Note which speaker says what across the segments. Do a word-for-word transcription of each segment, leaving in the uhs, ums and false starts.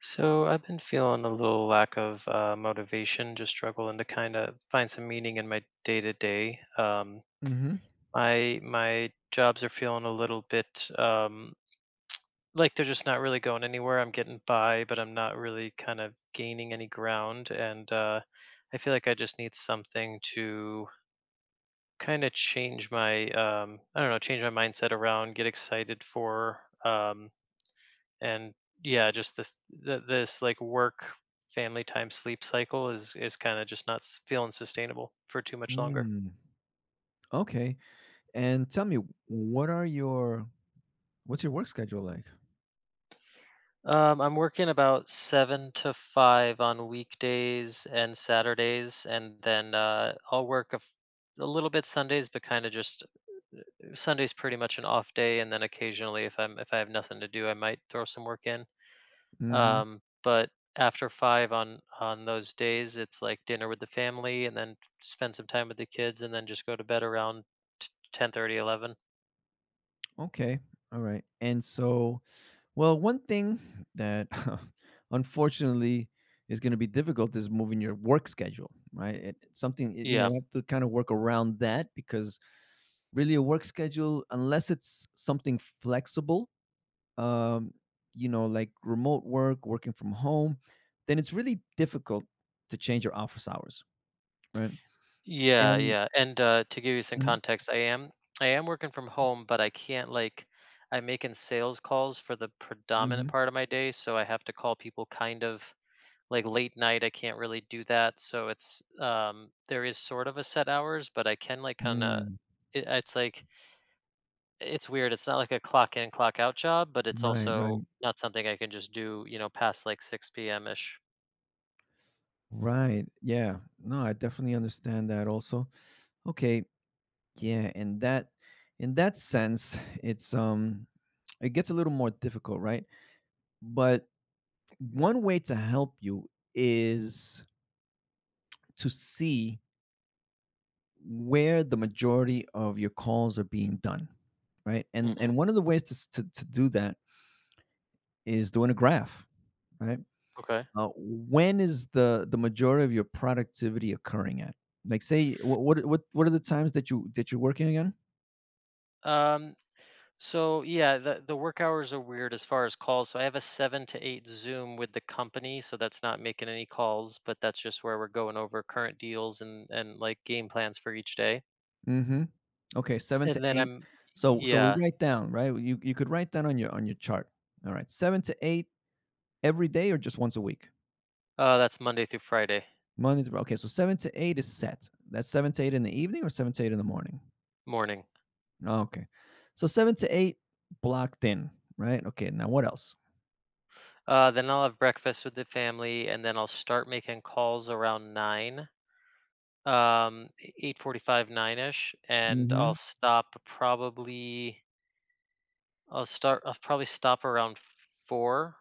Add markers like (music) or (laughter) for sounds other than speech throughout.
Speaker 1: So I've been feeling a little lack of uh, motivation, just struggling to kind of find some meaning in my day to day. Um,
Speaker 2: Mhm.
Speaker 1: My my jobs are feeling a little bit um, like they're just not really going anywhere. I'm getting by, but I'm not really kind of gaining any ground, and uh, I feel like I just need something to kind of change my um, I don't know, change my mindset around, get excited for. Um, and yeah, just this th- this like work family time sleep cycle is is kind of just not s- feeling sustainable for too much longer.
Speaker 2: Mm, okay, and tell me, what are your what's your work schedule like?
Speaker 1: Um, I'm working about seven to five on weekdays and Saturdays, and then uh, I'll work a, f- a little bit Sundays, but kind of just Sunday's pretty much an off day, and then occasionally if I'm if I have nothing to do, I might throw some work in.
Speaker 2: Mhm.
Speaker 1: Um, but after five on on those days, it's like dinner with the family and then spend some time with the kids and then just go to bed around t- ten thirty.
Speaker 2: Okay, alright, and so, well, one thing that (laughs) unfortunately is gonna be difficult is moving your work schedule, right? It it's something, you know,
Speaker 1: Yeah.
Speaker 2: you have to kinda work around that, because really a work schedule, unless it's something flexible, um, you know, like remote work, working from home, then it's really difficult to change your office hours, right?
Speaker 1: Yeah,
Speaker 2: And,
Speaker 1: yeah. And uh to give you some
Speaker 2: mhm,
Speaker 1: context, I am I am working from home, but I can't like I'm making sales calls for the predominant
Speaker 2: mhm,
Speaker 1: part of my day, so I have to call people kind of like late night. I can't really do that, so it's um there is sort of a set hours, but I can like kind of
Speaker 2: mm.
Speaker 1: it, it's like it's weird, it's not like a clock in, clock out job, but it's
Speaker 2: Right, right,
Speaker 1: also not something I can just do, you know, past, like, six p m-ish.
Speaker 2: right. Yeah. No, I definitely understand that also. Okay. Yeah. And that in that sense, it's, um it gets a little more difficult, right? But one way to help you is to see where the majority of your calls are being done, right? And
Speaker 1: Mhm,
Speaker 2: and one of the ways to s to to do that is doing a graph, right?
Speaker 1: okay.
Speaker 2: Uh, when is the the majority of your productivity occurring at? Like, say, what what what what are the times that you that you're working again?
Speaker 1: Um, so, yeah, the the work hours are weird as far as calls, so I have a seven to eight Zoom with the company, so that's not making any calls, but that's just where we're going over current deals and and, like, game plans for each day,
Speaker 2: Mhm. Okay, seven
Speaker 1: and
Speaker 2: to
Speaker 1: then
Speaker 2: eight.
Speaker 1: I'm
Speaker 2: So so we
Speaker 1: yeah,
Speaker 2: write down, right? Well, You you could write that on your on your chart. All right, seven to eight every day or just once a week?
Speaker 1: uh, that's Monday through Friday
Speaker 2: Monday through, okay, so seven to eight is set. That's seven to eight in the evening or seven to eight in the morning?
Speaker 1: morning.
Speaker 2: Okay. So seven to eight blocked in, right? Okay, now what else?
Speaker 1: Uh, then I'll have breakfast with the family, and then I'll start making calls around nine. um eight forty-five, nine-ish, and I'll
Speaker 2: Mhm.
Speaker 1: stop probably I'll start I'll probably stop around four,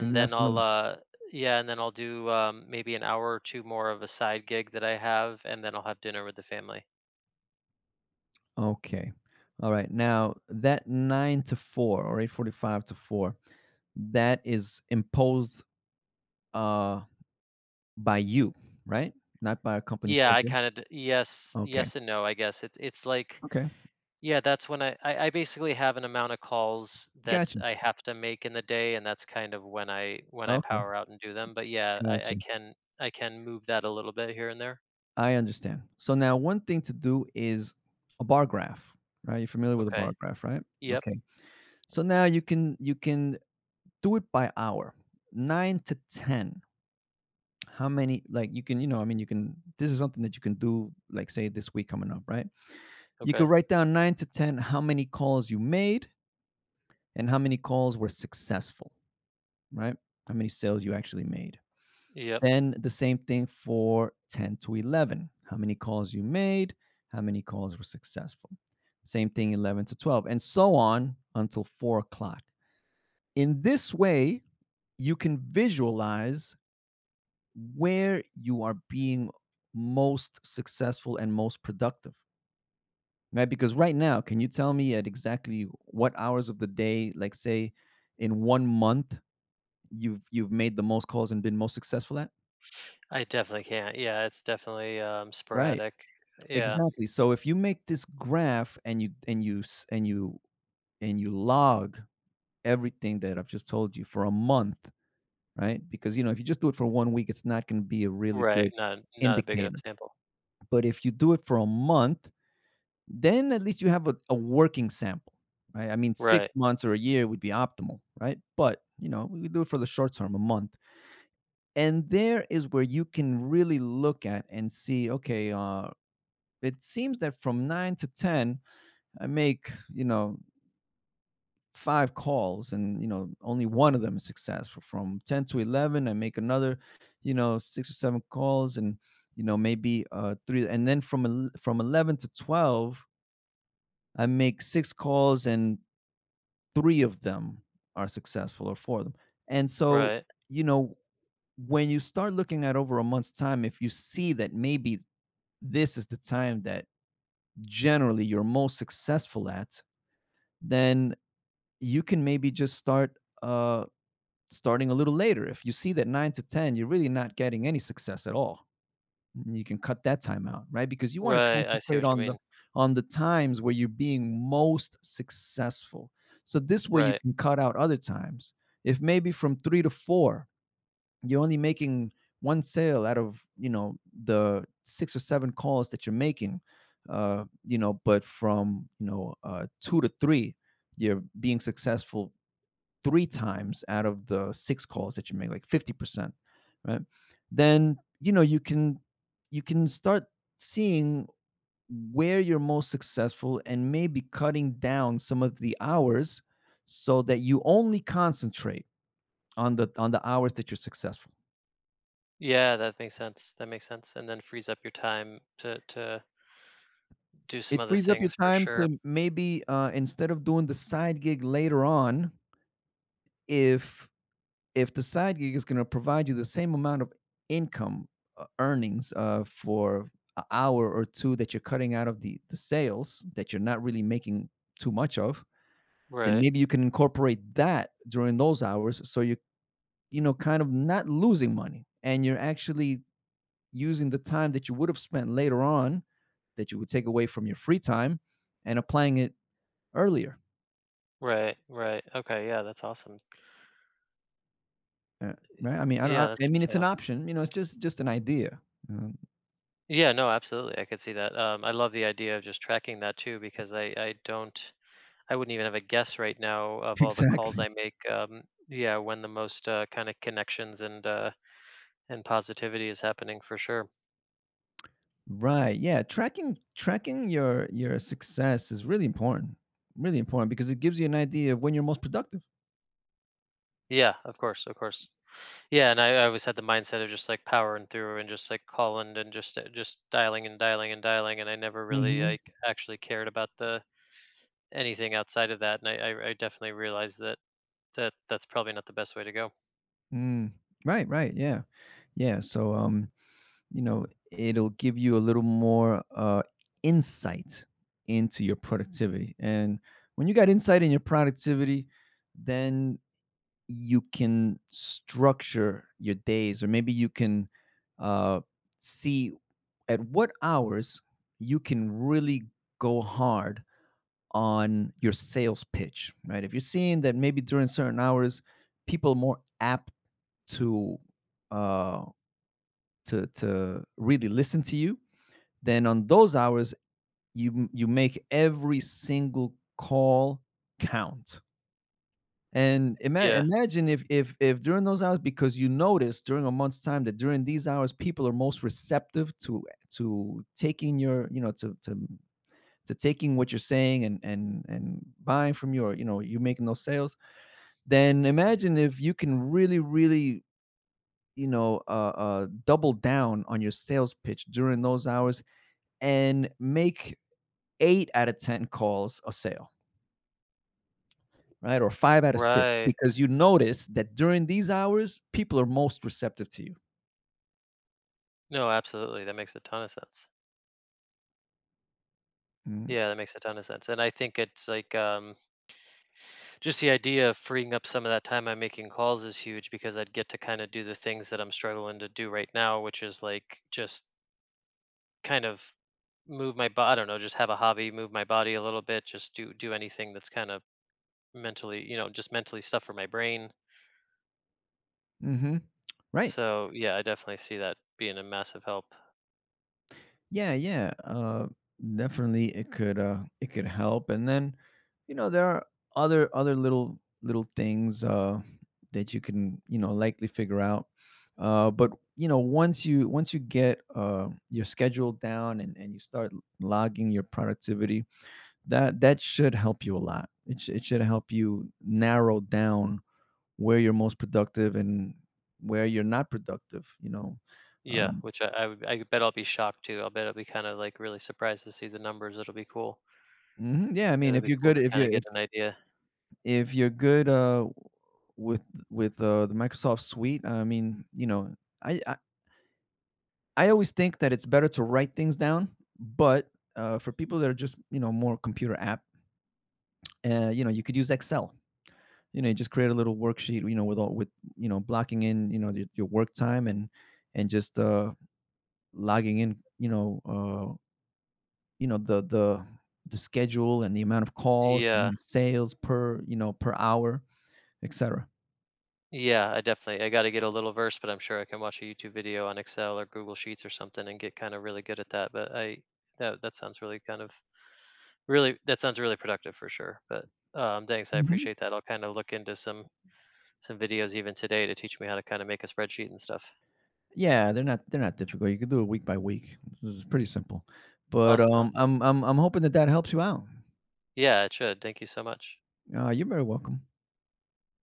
Speaker 2: In the
Speaker 1: then I'll
Speaker 2: afternoon.
Speaker 1: uh yeah and then I'll do um maybe an hour or two more of a side gig that I have, and then I'll have dinner with the family.
Speaker 2: Okay. Alright, now that nine to four or eight forty-five to four, that is imposed, uh, by you, right? Not by a company
Speaker 1: Yeah, I
Speaker 2: schedule?
Speaker 1: kind of, yes,
Speaker 2: Okay.
Speaker 1: yes and no, I guess. It's it's like
Speaker 2: Okay.
Speaker 1: Yeah, that's when I, I I basically have an amount of calls that
Speaker 2: Gotcha.
Speaker 1: I have to make in the day, and that's kind of when I when I
Speaker 2: Okay.
Speaker 1: power out and do them. But yeah, I I
Speaker 2: Gotcha.
Speaker 1: can I can move that a little bit here and there.
Speaker 2: I understand. So now one thing to do is a bar graph, right? You're familiar with a
Speaker 1: Okay.
Speaker 2: bar graph, right?
Speaker 1: Yep.
Speaker 2: Okay. So now you can you can do it by hour. nine to ten. How many, like, you can, you know, I mean, you can, this is something that you can do, like say this week coming up, right? You could
Speaker 1: Okay.
Speaker 2: write down nine to ten, how many calls you made and how many calls were successful, right? How many sales you actually made.
Speaker 1: Yep.
Speaker 2: Then the same thing for ten to eleven, how many calls you made, how many calls were successful. Same thing eleven to twelve, and so on until four o'clock. In this way, you can visualize where you are being most successful and most productive, right? Because right now, can you tell me at exactly what hours of the day, like say in one month, you've you've made the most calls and been most successful at?
Speaker 1: I definitely can't. Yeah, it's definitely um
Speaker 2: Right.
Speaker 1: sporadic. Yeah.
Speaker 2: Exactly. So if you make this graph and you and you s- and you and you log everything that I've just told you for a month, right? Because, you know, if you just do it for one week, it's not going to be a really
Speaker 1: Right.
Speaker 2: good
Speaker 1: Not not a big enough
Speaker 2: indicator.
Speaker 1: sample.
Speaker 2: But if you do it for a month, then at least you have a, a working sample, right? I mean, six
Speaker 1: Right.
Speaker 2: months or a year would be optimal, right? But, you know, we do it for the short term, a month, and there is where you can really look at and see. Okay, uh, it seems that from nine to ten, I make, you know, five calls, and, you know, only one of them is successful. From ten to eleven, I make another, you know, six or seven calls, and, you know, maybe uh three, and then from el- from eleven to twelve, I make six calls and three of them are successful, or four of them. And so,
Speaker 1: Right.
Speaker 2: you know, when you start looking at over a month's time, if you see that maybe this is the time that generally you're most successful at, then you can maybe just start uh, starting a little later. If you see that nine to ten, you're really not getting any success at all, and you can cut that time out, right? Because you want to
Speaker 1: Right. I see
Speaker 2: concentrate
Speaker 1: what you
Speaker 2: on the
Speaker 1: mean.
Speaker 2: on the times where you're being most successful. So this way you
Speaker 1: Right.
Speaker 2: can cut out other times. If maybe from three to four, you're only making one sale out of, you know, the six or seven calls that you're making, uh, you know, but from, you know, uh, two to three, you're being successful three times out of the six calls that you make, like fifty percent, right? Then, you know, you can you can start seeing where you're most successful and maybe cutting down some of the hours so that you only concentrate on the on the hours that you're successful.
Speaker 1: Yeah, that makes sense. That makes sense. And then frees up your time to to do some
Speaker 2: It
Speaker 1: other
Speaker 2: frees up your
Speaker 1: things for
Speaker 2: time
Speaker 1: sure.
Speaker 2: to maybe, uh, instead of doing the side gig later on, if if the side gig is going to provide you the same amount of income, uh, earnings, uh, for an hour or two that you're cutting out of the the sales that you're not really making too much of, then
Speaker 1: Right.
Speaker 2: maybe you can incorporate that during those hours, so you you know, kind of not losing money, and you're actually using the time that you would have spent later on, that you would take away from your free time, and applying it earlier.
Speaker 1: Right. Right. Okay. Yeah, that's awesome.
Speaker 2: Uh, right? I mean, I don't
Speaker 1: Yeah,
Speaker 2: I,
Speaker 1: that's
Speaker 2: I mean it's
Speaker 1: definitely
Speaker 2: an
Speaker 1: awesome.
Speaker 2: option, you know, it's just just an idea. Um,
Speaker 1: Yeah, no, absolutely. I could see that. Um, I love the idea of just tracking that too because I I don't, I wouldn't even have a guess right now of
Speaker 2: (laughs)
Speaker 1: all the calls
Speaker 2: exactly.
Speaker 1: I make. Um, yeah, when the most uh, kind of connections and uh, and positivity is happening for sure.
Speaker 2: Right. Yeah. Tracking tracking your your success is really important. Really important, because it gives you an idea of when you're most productive.
Speaker 1: Yeah, of course, of course. Yeah, and I, I always had the mindset of just like powering through and just like calling and just uh, just dialing and dialing and dialing, and I never really
Speaker 2: Mhm.
Speaker 1: like actually cared about the anything outside of that. And I I, I definitely realized that that that's probably not the best way to go.
Speaker 2: Mm. Right, right. Yeah. Yeah. So, um, you know, it'll give you a little more uh insight into your productivity. And when you got insight in your productivity, then you can structure your days, or maybe you can, uh, see at what hours you can really go hard on your sales pitch, right? If you're seeing that maybe during certain hours, people are more apt to, uh, to to really listen to you, then on those hours you you make every single call count. And ima
Speaker 1: Yeah.
Speaker 2: imagine if, if if during those hours, because you notice during a month's time that during these hours, people are most receptive to to taking your, you know, to to to taking what you're saying and and and buying from you or, you know, you making those sales. Then imagine if you can really, really, you know, uh, uh, double down on your sales pitch during those hours and make eight out of ten calls a sale, right? Or five out of six,
Speaker 1: Right.
Speaker 2: because you notice that during these hours, people are most receptive to you.
Speaker 1: No, absolutely. That makes a ton of sense.
Speaker 2: Mm.
Speaker 1: Yeah, that makes a ton of sense. And I think it's like um just the idea of freeing up some of that time I'm making calls is huge because I'd get to kind of do the things that I'm struggling to do right now, which is like just kind of move my body. I don't know, just have a hobby, move my body a little bit, just do do anything that's kind of mentally, you know, just mentally stuff for my brain.
Speaker 2: Hmm. Right.
Speaker 1: So yeah, I definitely see that being a massive help.
Speaker 2: Yeah, yeah. Uh, definitely, it could, uh, it could help. And then, you know, there are other other little little things, uh, that you can, you know, likely figure out. Uh, but, you know, once you once you get, uh, your schedule down, and and you start l- logging your productivity, that that should help you a lot. It sh- it should help you narrow down where you're most productive and where you're not productive. You know.
Speaker 1: Yeah,
Speaker 2: Um,
Speaker 1: which I, I would, I bet I'll be shocked too. I'll bet I'll be kind of like really surprised to see the numbers. It'll be cool.
Speaker 2: mhm, yeah, I mean,
Speaker 1: It'll
Speaker 2: if
Speaker 1: be
Speaker 2: you're
Speaker 1: cool
Speaker 2: good,
Speaker 1: to
Speaker 2: if
Speaker 1: kind
Speaker 2: you
Speaker 1: of
Speaker 2: are
Speaker 1: get an idea.
Speaker 2: if you're good, uh, with with uh, the Microsoft Suite. I mean, you know, I, I I always think that it's better to write things down, but, uh, for people that are just, you know, more computer app, uh, you know, you could use Excel. You know, you just create a little worksheet. You know, with all, with, you know, blocking in, you know, your, your work time, and and just, uh, logging in. You know, uh, you know, the the the schedule and the amount of calls, the
Speaker 1: Yeah.
Speaker 2: amount of sales per, you know, per hour, et cetera.
Speaker 1: Yeah, I definitely, I got to get a little versed, but I'm sure I can watch a YouTube video on Excel or Google Sheets or something and get kind of really good at that. But I that that sounds really kind of really that sounds really productive for sure. But um, thanks, I appreciate that. I'll kind of look into some some videos even today to teach me how to kind of make a spreadsheet and stuff.
Speaker 2: Yeah, they're not they're not difficult. You can do it week by week. This is pretty simple. But,
Speaker 1: Awesome,
Speaker 2: um,
Speaker 1: awesome.
Speaker 2: I'm I'm I'm hoping that that helps you out.
Speaker 1: Yeah, it should. Thank you so much.
Speaker 2: Uh, you're very welcome.